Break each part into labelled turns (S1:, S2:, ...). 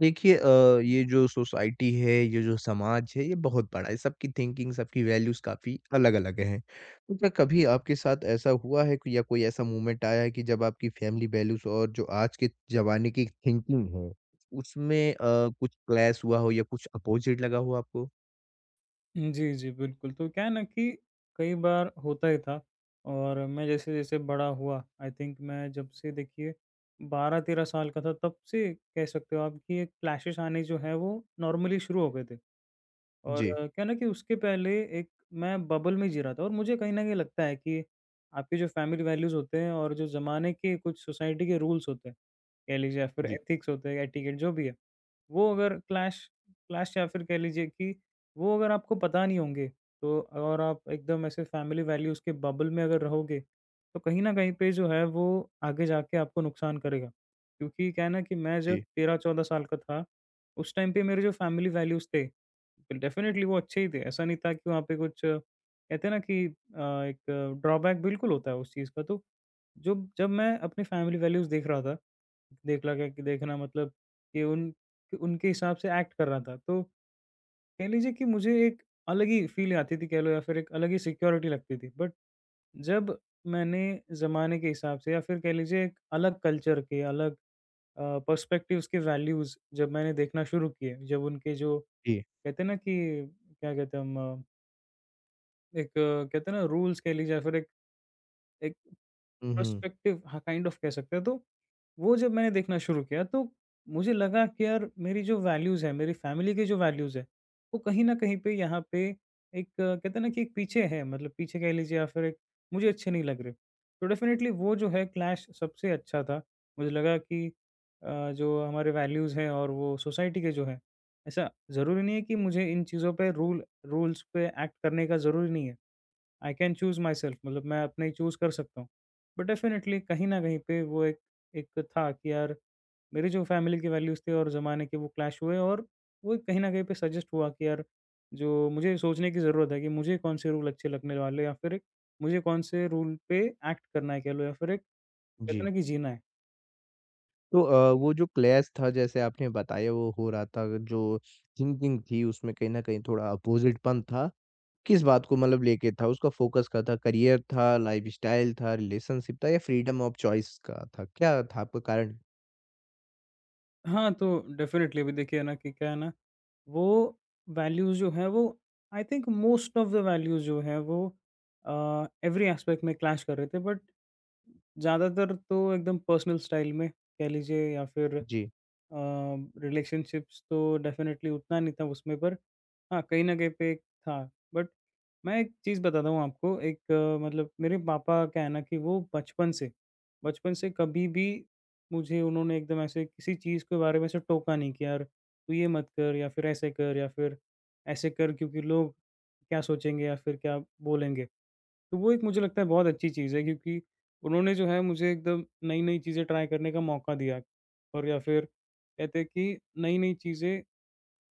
S1: देखिए ये जो सोसाइटी है, ये जो समाज है, ये बहुत बड़ा है। सबकी थिंकिंग, सबकी वैल्यूज़ काफ़ी अलग-अलग हैं। तो क्या कभी आपके साथ ऐसा हुआ है कि या कोई ऐसा मोमेंट आया है कि जब आपकी फैमिली वैल्यूज़ और जो आज के ज़माने की थिंकिंग है, उसमें कुछ क्लैश हुआ हो या कुछ अपोज़िट लगा हो आपको?
S2: जी, जी, बिल्कुल। तो क्या है ना कि कई बार होता ही था। और मैं जैसे-जैसे बड़ा हुआ, आई थिंक मैं जब से देखिए 12-13 साल का था, तब से कह सकते हो आप कि ये क्लैशेज़ आने जो हैं, वो नॉर्मली शुरू हो गए थे। और
S1: जी।
S2: क्या ना कि उसके पहले एक मैं बबल में जी रहा था, और मुझे कहीं न कहीं लगता है कि आपके जो फैमिली वैल्यूज़ होते हैं और जो ज़माने के कुछ सोसाइटी के रूल्स होते हैं, कह लीजिए, या फिर
S1: जी,
S2: एथिक्स होते हैं, एटिकेट जो भी है, वो अगर क्लैश क्लैश या फिर कह लीजिए कि वो अगर आपको पता नहीं होंगे, तो और आप एकदम ऐसे फैमिली वैल्यूज़ के बबल में अगर रहोगे, तो कहीं न कहीं पे जो है वो आगे जाके आपको नुकसान करेगा। क्योंकि क्या है ना कि मैं जब
S1: जी,
S2: 13-14 साल का था, उस टाइम पे मेरे जो फैमिली वैल्यूज़ थे, डेफ़िनेटली वो अच्छे ही थे। ऐसा नहीं था कि वहाँ पे कुछ कहते हैं ना कि एक ड्रॉबैक बिल्कुल होता है उस चीज़ का। तो जो जब मैं अपनी फैमिली वैल्यूज़ देख रहा था, देख लगा कि देखना मतलब कि उन कि उनके हिसाब से एक्ट कर रहा था। तो कह लीजिए कि मुझे एक अलग ही फ़ील आती थी, कह लो, या फिर एक अलग ही सिक्योरिटी लगती थी। बट जब मैंने ज़माने के हिसाब से, या फिर कह लीजिए एक अलग कल्चर के अलग पर्सपेक्टिव्स के वैल्यूज़ जब मैंने देखना शुरू किए, जब उनके जो
S1: जी।
S2: कहते हैं ना कि क्या कहते हैं हम, एक कहते हैं ना रूल्स कह लीजिए या फिर एक एक
S1: हुँ, हुँ।
S2: पर्सपेक्टिव, हाँ, काइंड ऑफ कह सकते हैं। तो वो जब मैंने देखना शुरू किया, तो मुझे लगा कि यार मेरी जो वैल्यूज़ है, मेरी फैमिली की जो वैल्यूज़ है, वो कहीं न कहीं पे यहाँ पे एक कहते हैं ना कि एक पीछे है, मतलब पीछे कह लीजिए या फिर एक मुझे अच्छे नहीं लग रहे। तो डेफ़िनेटली वो जो है क्लैश सबसे अच्छा था। मुझे लगा कि जो हमारे वैल्यूज़ हैं और वो सोसाइटी के जो हैं, ऐसा ज़रूरी नहीं है कि मुझे इन चीज़ों पे रूल्स पे एक्ट करने का ज़रूरी नहीं है। आई कैन चूज़ माई सेल्फ, मतलब मैं अपने ही चूज़ कर सकता हूँ। बट डेफ़िनेटली कहीं न कहीं पे वो एक एक था कि यार मेरी जो फैमिली की वैल्यूज़ थी और ज़माने के वो क्लैश हुए, और वो कहीं न कहीं पे सजेस्ट हुआ कि यार जो मुझे सोचने की ज़रूरत है कि मुझे कौन से रूल अच्छे लगने वाले हैं, या फिर एक मुझे कौन से रूल पे एक्ट करना है, कह लो, या फिर एक कहते
S1: जी।
S2: हैं ना कि जीना है।
S1: तो वो जो क्लैश था जैसे आपने बताया वो हो रहा था, जो थिंकिंग थी उसमें कहीं न कहीं थोड़ा अपोज़िट पन था। किस बात को मतलब लेके था? उसका फ़ोकस क्या था? करियर था, लाइफ़स्टाइल था, रिलेशनशिप था या फ्रीडम ऑफ चॉइस का था? क्या था आपका कारण?
S2: हाँ, तो डेफ़िनेटली अभी देखिए ना कि क्या है ना, वो वैल्यूज़ जो हैं वो, I think most of the values जो हैं वो एवरी एस्पेक्ट में क्लैश कर रहे थे। बट ज़्यादातर तो एकदम पर्सनल स्टाइल में, कह लीजिए, या फिर
S1: जी,
S2: अ, रिलेशनशिप्स तो डेफ़िनेटली उतना नहीं था उसमें, पर हाँ, कहीं न कहीं पे एक था। बट मैं एक चीज़ बताता हूँ आपको। एक मतलब मेरे पापा, क्या है ना कि वो बचपन से कभी भी मुझे उन्होंने एकदम ऐसे किसी चीज़ के बारे में ऐसे टोका नहीं कि यार तू ये मत कर, या फिर ऐसे कर, या फिर ऐसे कर क्योंकि लोग क्या सोचेंगे या फिर क्या बोलेंगे। तो वो एक, मुझे लगता है, बहुत अच्छी चीज़ है। क्योंकि उन्होंने जो है मुझे एकदम नई-नई चीज़ें ट्राई करने का मौका दिया, और या फिर कहते हैं कि नई-नई चीज़ें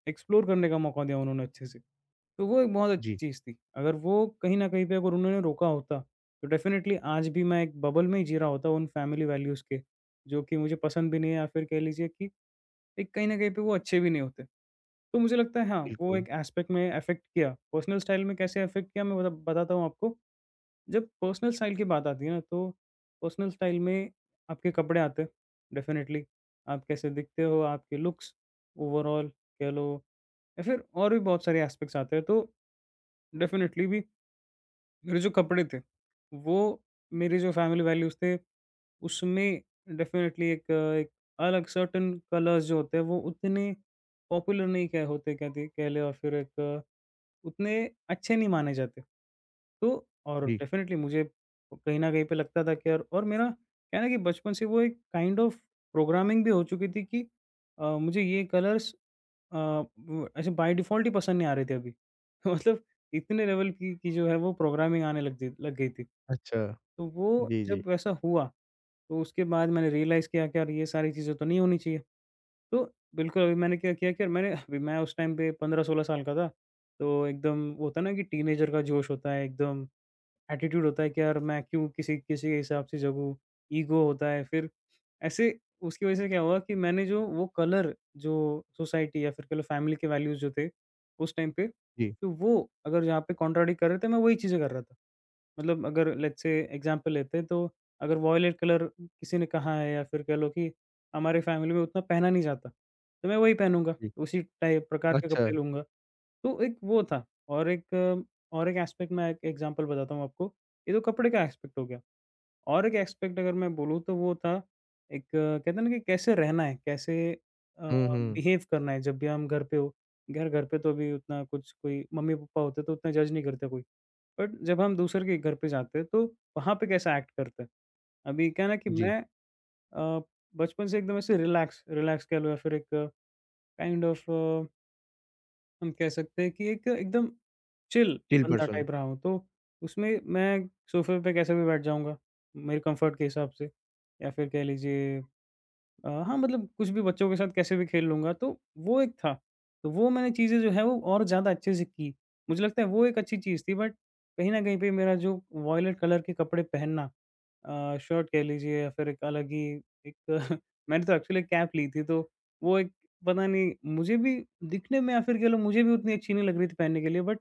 S2: एक्सप्लोर करने का मौका दिया उन्होंने अच्छे से। तो वो एक बहुत अच्छी
S1: जी,
S2: चीज़ थी। अगर वो कहीं न कहीं पे अगर उन्होंने रोका होता, तो डेफ़िनिटली आज भी मैं एक बबल में ही जी रहा होता उन फ़ैमिली वैल्यूज़ के, जो कि मुझे पसंद भी नहीं है, या फिर कह लीजिए कि एक कहीं न कहीं पे वो अच्छे भी नहीं होते। तो मुझे लगता है, हाँ, वो
S1: बिल्कुल।
S2: एक एस्पेक्ट में अफ़ेक्ट किया। पर्सनल स्टाइल में कैसे अफ़ेक्ट किया मैं बताता हूँ आपको। जब पर्सनल स्टाइल की बात आती है ना, तो पर्सनल स्टाइल में आपके कपड़े आते हैं, डेफ़िनिटली। आप कैसे दिखते हो, आपके लुक्स, ओवरॉल, कह लो, या फिर और भी बहुत सारे एस्पेक्ट्स आते हैं। तो डेफ़िनेटली भी मेरे जो कपड़े थे, वो मेरे जो फैमिली वैल्यूज़ थे, उसमें डेफ़िनेटली एक एक अलग सर्टेन कलर्स जो होते हैं, वो उतने पॉपुलर नहीं कह होते, कह दे, कह लें, और फिर एक उतने अच्छे नहीं माने जाते। तो और
S1: जी,
S2: डेफ़िनेटली मुझे कहीं न कहीं पे लगता था कि यार, और मेरा क्या है ना कि बचपन से वो एक काइंड ऑफ प्रोग्रामिंग भी हो चुकी थी कि मुझे ये कलर्स अ, वो अच्छा बाय डिफ़ॉल्ट ही पसंद नहीं आ रही थी अभी। मतलब इतने लेवल की जो है वो प्रोग्रामिंग आने लग गई थी।
S1: अच्छा।
S2: तो वो
S1: जी, जी,
S2: जब वैसा हुआ, तो उसके बाद मैंने रियलाइज़ किया कि यार ये सारी चीज़ें तो नहीं होनी चाहिए। तो बिल्कुल, अभी मैंने क्या किया कि यार मैंने अभी मैं उस टाइम पे 15-16 साल का था, तो एकदम वो होता है ना कि टीनेजर का जोश होता है, एकदम एटीट्यूड होता है कि यार मैं क्यों किसी किसी के हिसाब से जगूँ, ईगो होता है। फिर ऐसे उसकी वज़ह से क्या हुआ कि मैंने जो वो कलर जो सोसाइटी या फिर कह लो फैमिली के वैल्यूज़ जो थे उस टाइम पे,
S1: जी,
S2: तो वो अगर जहाँ पे कॉन्ट्राडिक्ट कर रहे थे, मैं वही चीज़ें कर रहा था। मतलब अगर लेट्स से एग्ज़ाम्पल लेते हैं, तो अगर वॉयलेट कलर किसी ने कहा है या फिर कह लो कि हमारी फैमिली में उतना पहना नहीं जाता, तो मैं वही पहनूँगा,
S1: जी।
S2: उसी टाइप प्रकार के
S1: अच्छा।
S2: कपड़े लूँगा। तो एक वो था, और एक एस्पेक्ट, मैं एक एग्ज़ाम्पल बताता हूँ आपको। ये तो कपड़े का एस्पेक्ट हो गया। और एक एस्पेक्ट अगर मैं बोलूँ तो वो था एक कहते हैं ना कि कैसे रहना है, कैसे अ,
S1: हुँ, हुँ।
S2: बिहेव करना है जब भी हम घर पे हो। ख़ैर घर पे तो अभी उतना कुछ, कोई मम्मी-पापा होते तो उतना जज नहीं करते कोई। बट जब हम दूसरे के घर पे जाते हैं, तो वहाँ पे कैसा एक्ट करते हैं। अभी क्या है ना कि
S1: जी,
S2: मैं अ, बचपन से एकदम ऐसे रिलैक्स रिलैक्स, कह लो, या फिर एक काइंड ऑफ हम कह सकते हैं कि एक एकदम चिल
S1: चिल
S2: बंदा
S1: पर्सन।
S2: टाइप रहा हूँ, तो उसमें मैं सोफ़े पे कैसे भी बैठ जाऊँगा, मेरे कम्फ़र्ट के हिसाब से, या फिर कह लीजिए हाँ, मतलब कुछ भी, बच्चों के साथ कैसे भी खेल लूँगा, तो वो एक था। तो वो मैंने चीज़ें जो है वो और ज़्यादा अच्छे से की। मुझे लगता है वो एक अच्छी चीज़ थी, बट कहीं न कहीं पे मेरा जो वॉयलेट कलर के कपड़े पहनना, शर्ट, कह लीजिए, या फिर एक अलग ही एक मैंने तो एक्चुअली कैप ली थी, तो वो एक, पता नहीं, मुझे भी दिखने में, या फिर कह लो, मुझे भी उतनी अच्छी नहीं लग रही थी पहनने के लिए। But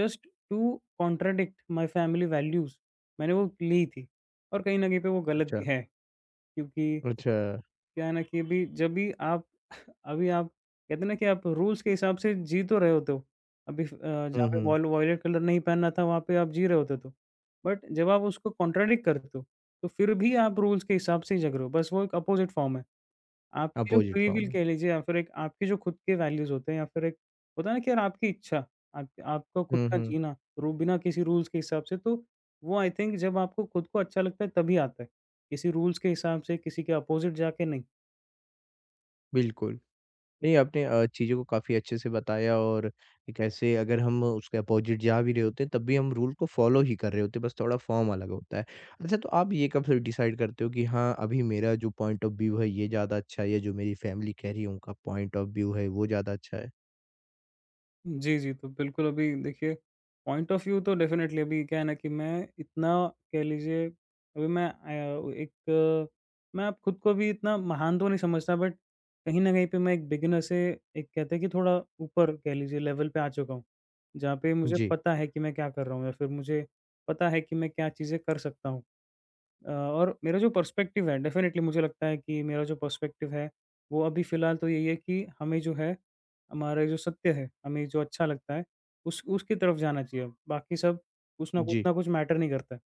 S2: just to contradict my family values मैंने वो ली थी, और कहीं न कहीं पे वो गलत
S1: अच्छा,
S2: भी है। क्योंकि
S1: अच्छा।
S2: क्या है ना कि अभी जब भी आप, अभी आप कहते हैं ना कि आप रूल्स के हिसाब से जी तो रहे होते हो। अभी जहाँ
S1: हुँ,
S2: पे
S1: हुँ।
S2: वॉल वॉयलेट कलर नहीं पहनना था, वहाँ पे आप जी रहे होते तो। बट जब आप उसको कॉन्ट्राडिक्ट करते हो, तो फिर भी आप रूल्स के हिसाब से ही जग रहे हो। बस वो एक अपोज़िट फ़ॉर्म है। आपकी जो
S1: अपोज़िट
S2: फ्री विल,
S1: फॉर्म है।
S2: कह लीजिए, या फिर एक आपके जो खुद के वैल्यूज़ होते हैं या फिर एक होता है ना कि यार आपकी इच्छा, आप आपका खुद
S1: हुँ,
S2: का
S1: हुँ।
S2: जीना रू बिना किसी रूल्स के हिसाब से, तो वो, आई थिंक, जब आपको खुद को अच्छा लगता है तभी आता है। किसी रूल्स के हिसाब से, किसी के अपोज़िट जाके नहीं।
S1: बिल्कुल। नहीं, आपने चीज़ों को काफ़ी अच्छे से बताया और कैसे अगर हम उसके अपोज़िट जा भी रहे होते हैं, तब भी हम रूल को फ़ॉलो ही कर रहे होते हैं, बस थोड़ा फ़ॉर्म अलग होता है। अच्छा, तो आप ये कब फिर डिसाइड करते हो कि हाँ, अभी मेरा जो पॉइंट ऑफ़ व्यू है, ये ज़्यादा अच्छा है या जो मेरी फ़ैमिली कह रही है, उनका पॉइंट ऑफ़ व्यू है, वो ज़्यादा अच्छा है?
S2: जी, जी। तो बिल्कुल अभी देखिए, पॉइंट ऑफ व्यू तो डेफ़िनेटली, अभी क्या है ना कि मैं इतना, कह लीजिए, अभी मैं एक मैं अब खुद को भी इतना महान तो नहीं समझता, बट कहीं न कहीं पे मैं एक बिगिनर से एक, कहते हैं कि, थोड़ा ऊपर कह लीजिए लेवल पे आ चुका हूँ। जहाँ पे मुझे
S1: जी,
S2: पता है कि मैं क्या कर रहा हूँ, या फिर मुझे पता है कि मैं क्या चीज़ें कर सकता हूँ। और मेरा जो पर्सपेक्टिव है, डेफ़िनेटली मुझे लगता है कि मेरा जो पर्सपेक्टिव है, वो अभी फ़िलहाल तो यही है कि हमें जो है, हमारा जो सत्य है, हमें जो अच्छा लगता है, उस उसकी तरफ जाना चाहिए। बाकी सब कुछ ना कुछ
S1: जी,
S2: ना कुछ मैटर नहीं करता है।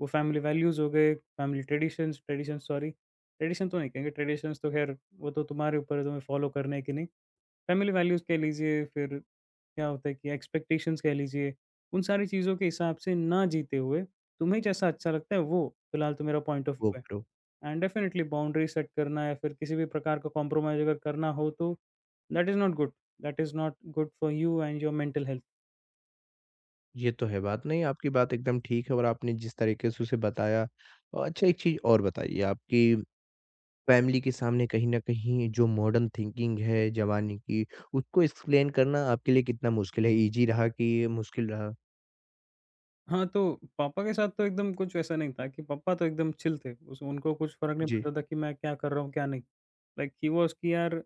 S2: वो फ़ैमिली वैल्यूज़ हो गए, family traditions traditions, sorry, tradition तो नहीं कहेंगे, ट्रेडिशंस, तो ख़ैर वो तो तुम्हारे ऊपर है, तुम्हें फ़ॉलो करने है कि नहीं। फ़ैमिली वैल्यूज़ कह लीजिए, फिर क्या होता है कि एक्सपेक्टेशंस कह लीजिए, उन सारी चीज़ों के हिसाब से ना जीते हुए तुम्हें जैसा अच्छा लगता है, वो फिलहाल तो मेरा पॉइंट ऑफ
S1: वो
S2: व्यू
S1: करो।
S2: है। एंड डेफिनिटली बाउंड्री सेट करना या फिर किसी भी प्रकार का कॉम्प्रोमाइज़ अगर करना हो, तो that is not good, that is not good for you and your mental health.
S1: ये तो है बात। नहीं, आपकी बात एकदम ठीक है और आपने जिस तरीके से उसे बताया अच्छा, एक चीज़ और बताइए आप कि फैमिली के सामने कहीं न कहीं जो मॉडर्न थिंकिंग है ज़माने की, उसको एक्सप्लेन करना आपके लिए कितना मुश्किल है? ईज़ी रहा कि मुश्किल रहा?
S2: हाँ, तो पापा के साथ तो एकदम कुछ ऐसा नहीं था, कि पापा तो एकदम चिल थे। उस उनको कुछ फ़र्क नहीं
S1: जी।
S2: पड़ता था कि मैं क्या कर रहा हूँ, क्या नहीं। लाइक ही वाज़ कि यार,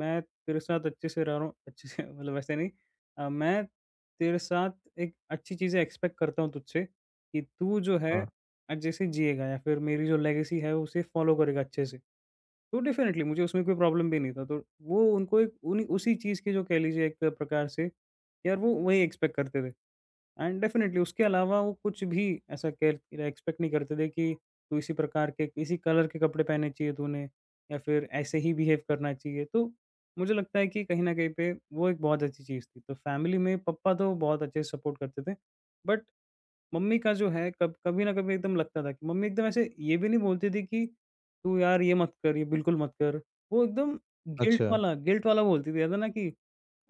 S2: मैं तेरे साथ अच्छे से रह रहा हूँ, अच्छे से मतलब वैसे नहीं, मैं तेरे साथ एक अच्छी चीज़ें एक्सपेक्ट करता हूँ तुझसे, कि तू जो है,
S1: हाँ,
S2: अच्छे से जिएगा या फिर मेरी जो लेगेसी है, उसे फ़ॉलो करेगा अच्छे से। तो डेफ़िनेटली मुझे उसमें कोई प्रॉब्लम भी नहीं था। तो वो उनको एक उन्हीं उसी चीज़ की, जो कह लीजिए एक प्रकार से, यार वो वही एक्सपेक्ट करते थे। एंड डेफ़िनेटली उसके अलावा वो कुछ भी ऐसा केयर एक्सपेक्ट नहीं करते थे कि तू इसी प्रकार के, इसी कलर के कपड़े पहने चाहिए तूने, या फिर ऐसे ही बिहेव करना चाहिए। तो मुझे लगता है कि कहीं न कहीं पे वो एक बहुत अच्छी चीज़ थी। तो फैमिली में पापा तो बहुत अच्छे से सपोर्ट करते थे। बट मम्मी का जो है, कब कभी न कभी एकदम लगता था कि मम्मी एकदम ऐसे ये भी नहीं बोलती थी कि तू यार ये मत कर, ये बिल्कुल मत कर। वो एकदम गिल्ट
S1: अच्छा।
S2: वाला, गिल्ट वाला बोलती थी। ऐसा ना कि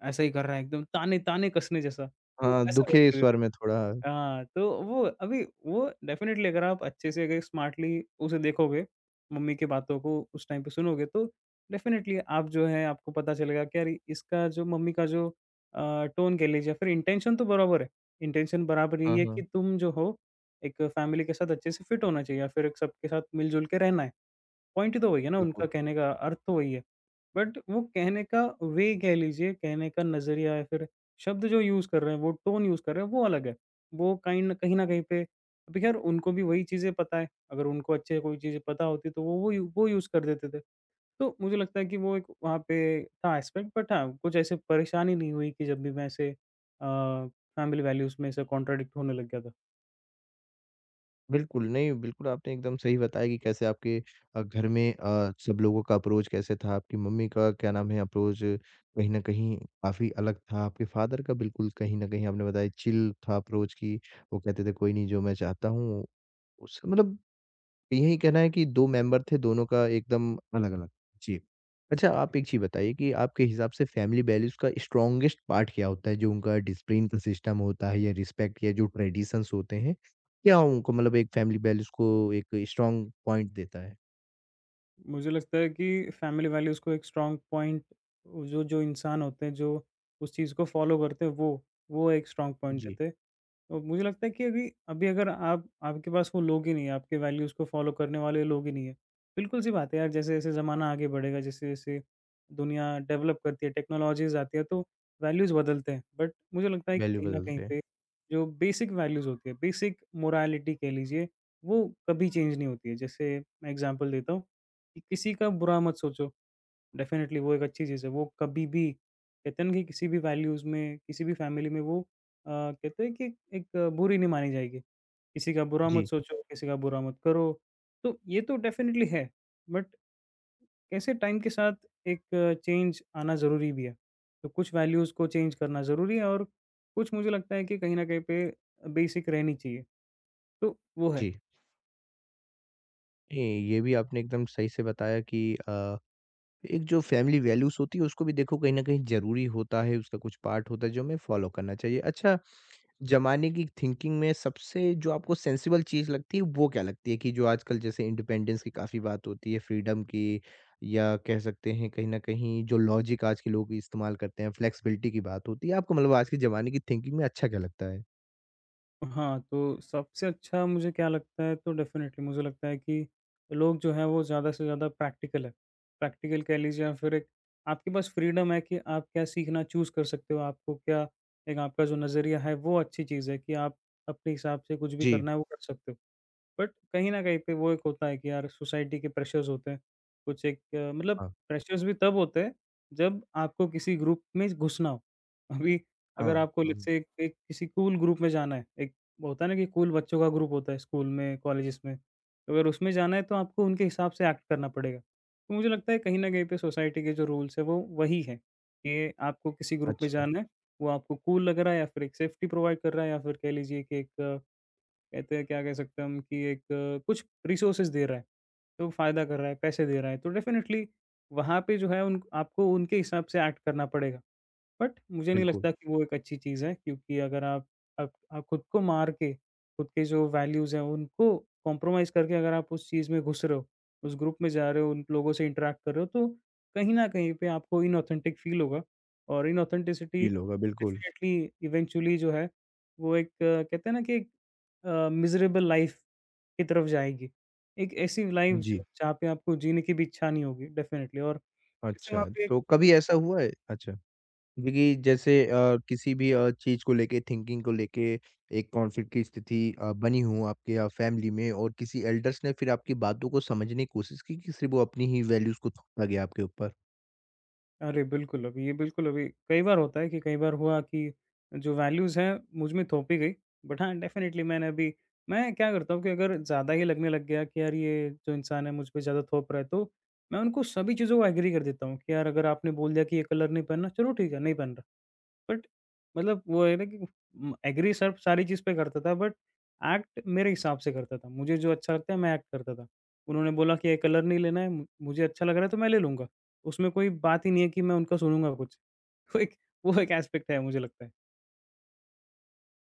S2: ऐसा ही कर रहा है, एकदम ताने ताने कसने जैसा, वो
S1: हाँ,
S2: वैसा।
S1: दुखे स्वर में थोड़ा
S2: हाँ, तो वो अभी वो डेफ़िनेटली, अगर आप अच्छे से अगर स्मार्टली उसे देखोगे, मम्मी की बातों को उस टाइम पे सुनोगे, तो डेफ़िनेटली आप जो है, आपको पता चलेगा कि अरे! इसका जो, मम्मी का जो टोन कह लीजिए, या फिर इंटेंशन तो बराबर है। इंटेंशन बराबर यही
S1: हाँ,
S2: है कि
S1: हाँ,
S2: तुम जो हो, एक फैमिली के साथ अच्छे से फिट होना चाहिए, या फिर एक सबके साथ मिल-जुल के रहना है। पॉइंट तो वही है ना,
S1: बिल्कुल।
S2: उनका कहने का अर्थ तो वही है। बट वो कहने का, वे कह लीजिए, कहने का नज़रिया, या फिर शब्द जो यूज़ कर रहे हैं, वो टोन यूज़ कर रहे हैं, वो अलग है। वो काइंड न कहीं न कहीं पे, अब खैर उनको भी वही चीज़ें पता है। अगर उनको अच्छे से कोई चीज़ें पता होती, तो वो यूज़ कर देते थे। तो मुझे लगता है कि वो एक वहाँ पे था एस्पेक्ट, बट हाँ, कुछ ऐसे परेशानी नहीं हुई कि जब भी मैं ऐसे अ, फैमिली वैल्यूज़ में ऐसे कॉन्ट्राडिक्ट होने लग गया था।
S1: बिल्कुल, नहीं बिल्कुल आपने एकदम सही बताया कि कैसे आपके घर में सब लोगों का अप्रोच कैसे था, आपकी मम्मी का क्या नाम है अप्रोच कहीं न कहीं काफ़ी अलग था, आपके फ़ादर का बिल्कुल कहीं न कहीं आपने बताया चिल था अप्रोच कि वो कहते थे कोई नहीं जो मैं चाहता हूँ, उस मतलब यही कहना है कि 2 मेंबर थे, दोनों का एकदम अलग-अलग। जी। अच्छा, आप एक चीज़ बताइए कि आपके हिसाब से फैमिली वैल्यूज़ का स्ट्रॉन्गेस्ट पार्ट क्या होता है? जो उनका डिसिप्लिन का सिस्टम होता है या रिस्पेक्ट या जो ट्रेडिशंस होते हैं, क्या उनको मतलब एक फैमिली वैल्यूज़ को एक स्ट्रॉन्ग पॉइंट देता है?
S2: मुझे लगता है कि फैमिली वैल्यूज़ को एक स्ट्रॉन्ग पॉइंट, वो जो जो इंसान होते हैं, जो उस चीज़ को फ़ॉलो करते हैं, वो एक स्ट्रॉन्ग पॉइंट
S1: जी,
S2: देते हैं। और मुझे लगता है कि अभी अभी, अगर आप आपके पास वो लोग ही नहीं है, आपके वैल्यूज़ को फ़ॉलो करने वाले लोग ही नहीं है। बिल्कुल-सी बात है यार, जैसे-जैसे ज़माना आगे बढ़ेगा, जैसे-जैसे दुनिया डेवलप करती है, टेक्नोलॉजीज़ आती है, तो वैल्यूज़ बदलते हैं। बट मुझे लगता है कि
S1: वैल्यू
S2: कहीं न कहीं
S1: बदलते हैं।
S2: पे जो बेसिक वैल्यूज़ होती है, बेसिक मोरालिटी कह लीजिए, वो कभी चेंज नहीं होती है। जैसे, मैं एग्ज़ाम्पल देता हूँ कि किसी का बुरा मत सोचो, डेफ़िनेटली वो एक अच्छी चीज़ है। वो कभी भी कहते हैं ना, कि किसी भी वैल्यूज़ में, किसी भी फ़ैमिली में वो कहते हैं कि एक बुरी नहीं मानी जाएगी। किसी का बुरा मत
S1: जी,
S2: सोचो, किसी का बुरा मत करो, तो ये तो डेफ़िनेटली है, बट कैसे टाइम के साथ एक चेंज आना ज़रूरी भी है। तो कुछ वैल्यूज़ को चेंज करना ज़रूरी है, और कुछ मुझे लगता है कि कहीं न कहीं पे बेसिक रहनी चाहिए, तो वो है।
S1: जी। ये ये भी आपने एकदम सही से बताया कि एक जो फैमिली वैल्यूज़ होती है उसको भी देखो कहीं न कहीं ज़रूरी होता है, उसका कुछ पार्ट होता है जो हमें फॉलो करना चाहिए। अच्छा ज़माने की थिंकिंग में सबसे जो आपको सेंसिबल चीज़ लगती है वो क्या लगती है? कि जो आजकल जैसे इंडिपेंडेंस की काफ़ी बात होती है, फ्रीडम की या कह सकते हैं कहीं न कहीं जो लॉजिक आज के लोग इस्तेमाल करते हैं, फ्लेक्सिबिलिटी की बात होती है। आपको मतलब आज के ज़माने की थिंकिंग में अच्छा क्या लगता है?
S2: हाँ, तो सबसे अच्छा मुझे क्या लगता है, तो डेफ़िनेटली मुझे लगता है कि लोग जो हैं, वो ज़्यादा से ज़्यादा प्रैक्टिकल है। प्रैक्टिकल कह लीजिए, या फिर एक आपके पास फ्रीडम है कि आप क्या सीखना चूज़ कर सकते हो, आपको क्या, एक आपका जो नज़रिया है, वो अच्छी चीज़ है कि आप अपने हिसाब से कुछ भी
S1: जी।
S2: करना है, वो कर सकते हो। बट कहीं न कहीं पे वो एक होता है कि यार, सोसाइटी के प्रेशर्स होते हैं। कुछ एक मतलब
S1: हाँ,
S2: प्रेशर्स भी तब होते हैं, जब आपको किसी ग्रुप में घुसना हो। अभी,
S1: हाँ,
S2: अगर आपको लेट्स
S1: हाँ।
S2: से एक एक किसी कूल ग्रुप में जाना है, एक होता है ना कि कूल बच्चों का ग्रुप होता है स्कूल में, कॉलेजेस में। तो अगर उसमें जाना है, तो आपको उनके हिसाब से एक्ट करना पड़ेगा। तो मुझे लगता है, कहीं न कहीं पे सोसाइटी के जो रूल्स हैं, वो वही हैं, कि आपको किसी ग्रुप में
S1: अच्छा,
S2: जाना है, वो आपको कूल लग रहा है, या फिर एक सेफ्टी प्रोवाइड कर रहा है, या फिर कह लीजिए कि एक कहते हैं क्या, कह सकते हैं हम कि एक कुछ रिसोर्सेज दे रहा है, तो फ़ायदा कर रहा है, पैसे दे रहा है, तो डेफ़िनेटली वहाँ पे जो है, उन आपको उनके हिसाब से एक्ट करना पड़ेगा। बट मुझे नहीं
S1: बिल्कुल,
S2: लगता कि वो एक अच्छी चीज़ है, क्योंकि अगर आप खुद को मार के, खुद के जो वैल्यूज़ हैं उनको कॉम्प्रोमाइज़ करके अगर आप उस चीज़ में घुस रहे हो, उस ग्रुप में जा रहे हो, उन लोगों से इंटरैक्ट कर रहे हो, तो कहीं न कहीं पे आपको इनऑथेंटिक फ़ील होगा, और इनऑथेंटिसिटी
S1: फ़ील होगा बिल्कुल।
S2: डेफ़िनेटली, इवेंचुअली जो है, वो एक कहते हैं ना कि एक मिज़रेबल लाइफ़ की तरफ जाएगी। एक ऐसी लाइफ़, जो
S1: जी,
S2: जहाँ पे आपको जीने की भी इच्छा नहीं होगी डेफ़िनेटली। और वैसे वहाँ
S1: अच्छा,
S2: पे
S1: तो कभी ऐसा हुआ है? अच्छा। देखिए, जैसे किसी भी चीज़ को लेके थिंकिंग को लेके एक कॉन्फ्लिक्ट की स्थिति बनी हो आपके या फैमिली में और किसी एल्डर्स ने फिर आपकी बातों को समझने की कोशिश की कि सिर्फ़ वो अपनी ही वैल्यूज़ को थोपा गया आपके ऊपर?
S2: अरे! बिल्कुल, अभी ये बिल्कुल, अभी कई बार होता है कि कई बार हुआ कि जो वैल्यूज़ हैं, मुझ में थोपी गई। बट हाँ, डेफ़िनेटली मैंने अभी, मैं क्या करता हूँ कि अगर ज़्यादा ही लगने लग गया कि यार ये जो इंसान है, मुझ पे ज़्यादा थोप रहा है, तो मैं उनको सभी चीज़ों को एग्री कर देता हूँ कि यार, अगर आपने बोल दिया कि ये कलर नहीं पहनना, चलो ठीक है, नहीं पहन रहा। बट मतलब वो है ना कि म एग्री सिर्फ़ सारी चीज़ पे करता था, बट एक्ट मेरे हिसाब से करता था। मुझे जो अच्छा लगता है, मैं एक्ट करता था। उन्होंने बोला कि ये कलर नहीं लेना है, मु मुझे अच्छा लग रहा है, तो मैं ले लूँगा। उसमें कोई बात ही नहीं है कि मैं उनका सुनूँगा कुछ। तो एक वो एक एस्पेक्ट है, मुझे लगता है।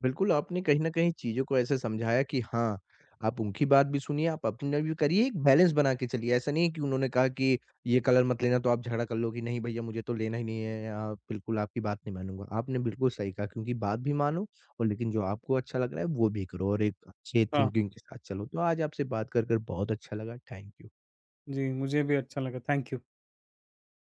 S1: बिल्कुल, आपने कहीं न कहीं चीज़ों को ऐसे समझाया कि हाँ, आप उनकी बात भी सुनिए, आप अपने भी करिए, एक बैलेंस बना के चलिए। ऐसा नहीं है कि उन्होंने कहा कि ये कलर मत लेना तो आप झगड़ा कर लो कि नहीं भैया मुझे तो लेना ही नहीं है या बिल्कुल आपकी बात नहीं मानूँगा। आपने बिल्कुल सही कहा क्योंकि बात भी मानो और लेकिन जो आपको अच्छा लग रहा है वो भी करो और एक अच्छे
S2: हाँ,
S1: थिंकिंग के साथ चलो। तो आज आपसे बात कर बहुत अच्छा लगा। Thank you.
S2: जी मुझे भी अच्छा लगा। Thank you.